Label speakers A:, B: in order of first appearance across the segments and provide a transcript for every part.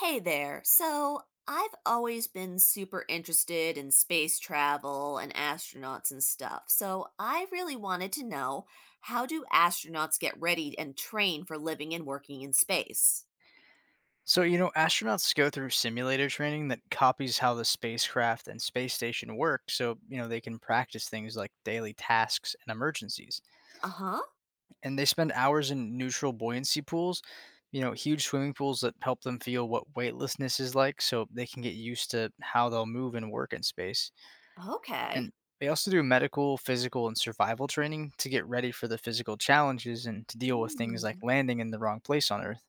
A: Hey there. So, I've always been super interested in space travel and astronauts and stuff. So, I really wanted to know how do astronauts get ready and train for living and working in space?
B: So, astronauts go through simulator training that copies how the spacecraft and space station work so, they can practice things like daily tasks and emergencies.
A: Uh huh.
B: And they spend hours in neutral buoyancy pools, huge swimming pools that help them feel what weightlessness is like so they can get used to how they'll move and work in space.
A: Okay.
B: And they also do medical, physical, and survival training to get ready for the physical challenges and to deal with things
A: Mm.
B: like landing in the wrong place on Earth.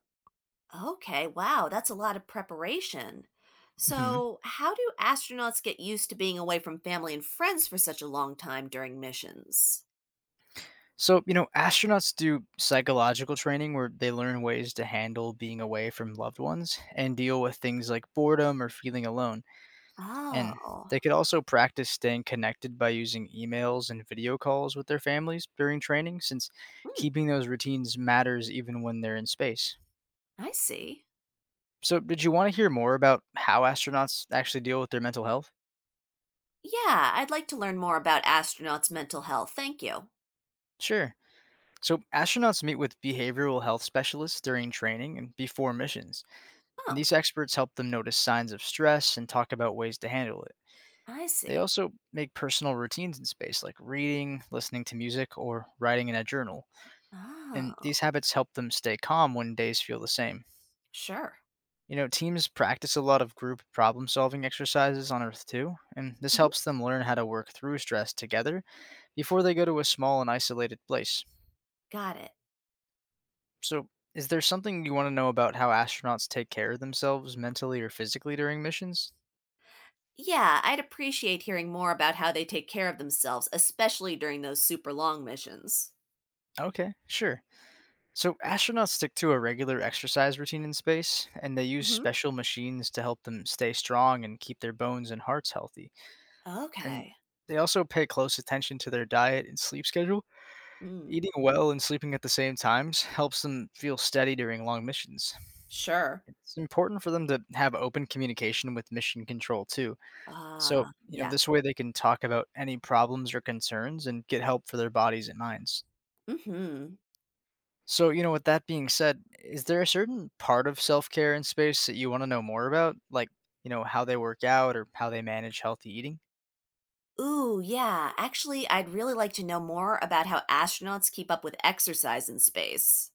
A: Okay. Wow. That's a lot of preparation.
B: Mhm.
A: So, how do astronauts get used to being away from family and friends for such a long time during missions?
B: So, astronauts do psychological training where they learn ways to handle being away from loved ones and deal with things like boredom or feeling alone. And
A: Oh,
B: they could also practice staying connected by using emails and video calls with their families during training, since
A: hmm,
B: keeping those routines matters even when they're in space.
A: I see.
B: So, did you want to hear more about how astronauts actually deal with their mental health?
A: Yeah, I'd like to learn more about astronauts' mental health. Thank you.
B: Sure. So, astronauts meet with behavioral health specialists during training and before missions, and
A: Oh,
B: these experts help them notice signs of stress and talk about ways to handle it.
A: I
B: They
A: see.
B: also make personal routines in space, like reading, listening to music, or writing in a journal, and these
A: Oh,
B: habits help them stay calm when days feel the same.
A: sure.
B: You know, teams practice a lot of group problem solving exercises on Earth too, and this
A: Hmm.
B: helps them learn how to work through stress together before they go to a small and isolated place.
A: Got it.
B: So, is there something you want to know about how astronauts take care of themselves mentally or physically during missions?
A: Yeah, I'd appreciate hearing more about how they take care of themselves, especially during those super long missions.
B: Okay, sure. So, astronauts stick to a regular exercise routine in space, and they use
A: Hmm.
B: special machines to help them stay strong and keep their bones and hearts healthy. And
A: Okay.
B: they also pay close attention to their diet and sleep schedule.
A: Mm,
B: Eating well and sleeping at the same times helps them feel steady during long missions.
A: sure.
B: It's important for them to have open communication with mission control too. So,
A: Ah, yeah.
B: this way they can talk about any problems or concerns and get help for their bodies and minds.
A: Mm-hmm.
B: So, with that being said, is there a certain part of self care and space that you want to know more about? Like, how they work out or how they manage healthy eating?
A: Ooh, yeah. Actually, I'd really like to know more about how astronauts keep up with exercise in space.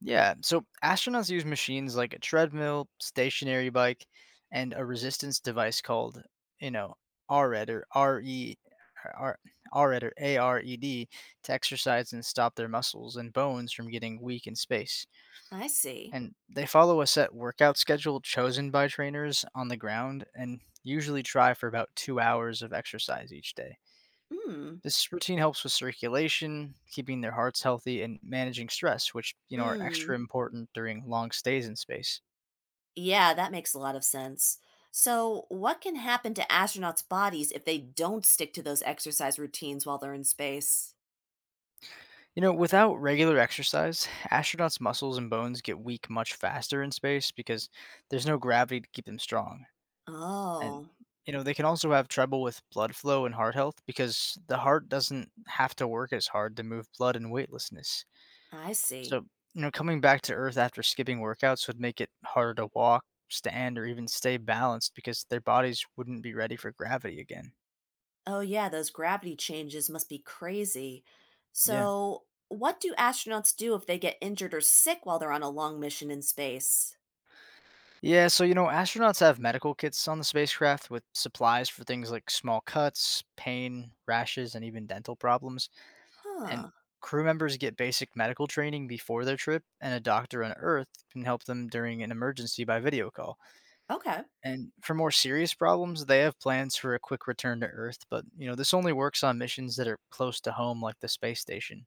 B: Yeah. So, astronauts use machines like a treadmill, stationary bike, and a resistance device called, you know, RED or RE. RED or ARED, to exercise and stop their muscles and bones from getting weak in space.
A: I see.
B: And they follow a set workout schedule chosen by trainers on the ground and usually try for about 2 hours of exercise each day.
A: Mm.
B: This routine helps with circulation, keeping their hearts healthy, and managing stress, which are extra
A: Mm.
B: important during long stays in space.
A: Yeah, that makes a lot of sense. So, what can happen to astronauts' bodies if they don't stick to those exercise routines while they're in space?
B: You know, without regular exercise, astronauts' muscles and bones get weak much faster in space because there's no gravity to keep them strong. And,
A: Oh,
B: they can also have trouble with blood flow and heart health because the heart doesn't have to work as hard to move blood in weightlessness.
A: I see.
B: So, coming back to earth after skipping workouts would make it harder to walk, stand, or even stay balanced because their bodies wouldn't be ready for gravity again.
A: Oh, yeah, those gravity changes must be crazy.
B: Yeah.
A: So, what do astronauts do if they get injured or sick while they're on a long mission in space?
B: Yeah, so astronauts have medical kits on the spacecraft with supplies for things like small cuts, pain, rashes, and even dental problems. And
A: Huh.
B: crew members get basic medical training before their trip, and a doctor on Earth can help them during an emergency by video call.
A: Okay.
B: And for more serious problems, they have plans for a quick return to Earth, but this only works on missions that are close to home like the space station.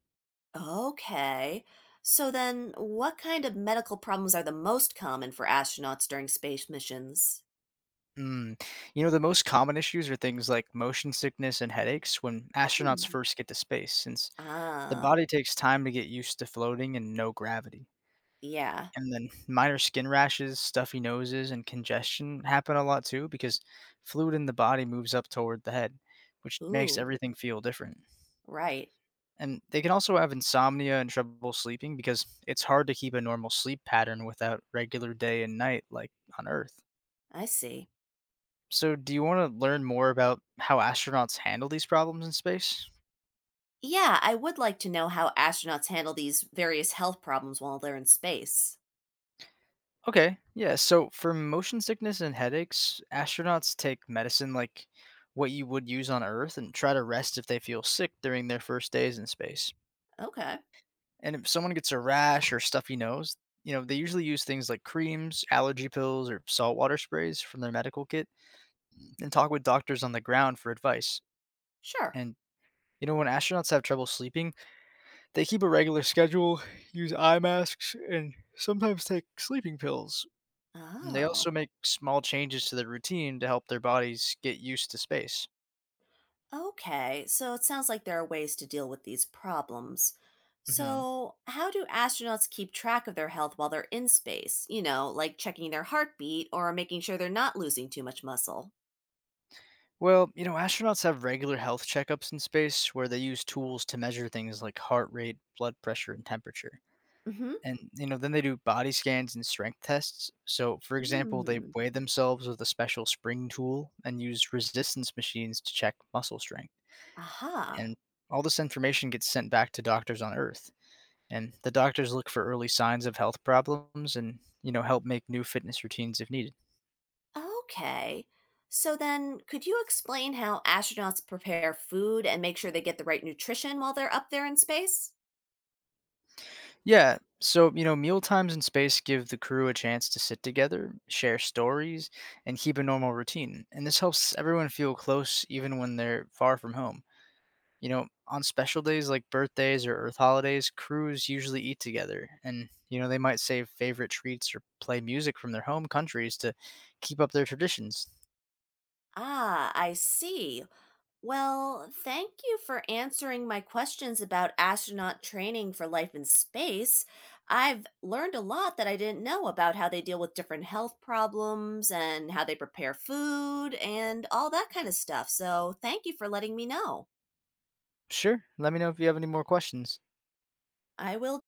A: Okay. So, then what kind of medical problems are the most common for astronauts during space missions?
B: Mm. You know, the most common issues are things like motion sickness and headaches when astronauts
A: Hmm.
B: first get to space, since the
A: Ah,
B: body takes time to get used to floating and no gravity.
A: yeah.
B: And then minor skin rashes, stuffy noses, and congestion happen a lot too because fluid in the body moves up toward the head, which makes
A: Ooh,
B: everything feel different.
A: right.
B: And they can also have insomnia and trouble sleeping because it's hard to keep a normal sleep pattern without regular day and night like on Earth.
A: I see.
B: So, do you want to learn more about how astronauts handle these problems in space?
A: Yeah, I would like to know how astronauts handle these various health problems while they're in space.
B: Okay. Yeah. So for motion sickness and headaches, astronauts take medicine like what you would use on Earth and try to rest if they feel sick during their first days in space.
A: Okay,
B: And if someone gets a rash or stuffy nose, they usually use things like creams, allergy pills, or saltwater sprays from their medical kit and talk with doctors on the ground for advice.
A: sure.
B: And, when astronauts have trouble sleeping, they keep a regular schedule, use eye masks, and sometimes take sleeping pills. And they also
A: Oh,
B: make small changes to their routine to help their bodies get used to space.
A: okay. So it sounds like there are ways to deal with these problems.
B: Hmm.
A: So, how do astronauts keep track of their health while they're in space? Like checking their heartbeat or making sure they're not losing too much muscle.
B: Well, astronauts have regular health checkups in space where they use tools to measure things like heart rate, blood pressure, and temperature.
A: Mm-hmm.
B: And, then they do body scans and strength tests. So, for example, they
A: Hmm.
B: weigh themselves with a special spring tool and use resistance machines to check muscle strength.
A: Aha.
B: And all this information gets sent back to doctors on Earth, and the doctors look for early signs of health problems and help make new fitness routines if needed.
A: Okay. So then, could you explain how astronauts prepare food and make sure they get the right nutrition while they're up there in space?
B: Yeah, so meal times and space give the crew a chance to sit together, share stories and keep a normal routine, and this helps everyone feel close even when they're far from home. You know, on special days like birthdays or earth holidays, crews usually eat together, and they might save favorite treats or play music from their home countries to keep up their traditions.
A: Ah, I see. Well, thank you for answering my questions about astronaut training for life in space. I've learned a lot that I didn't know about how they deal with different health problems and how they prepare food and all that kind of stuff. So, thank you for letting me know.
B: Sure, let me know if you have any more questions.
A: I will.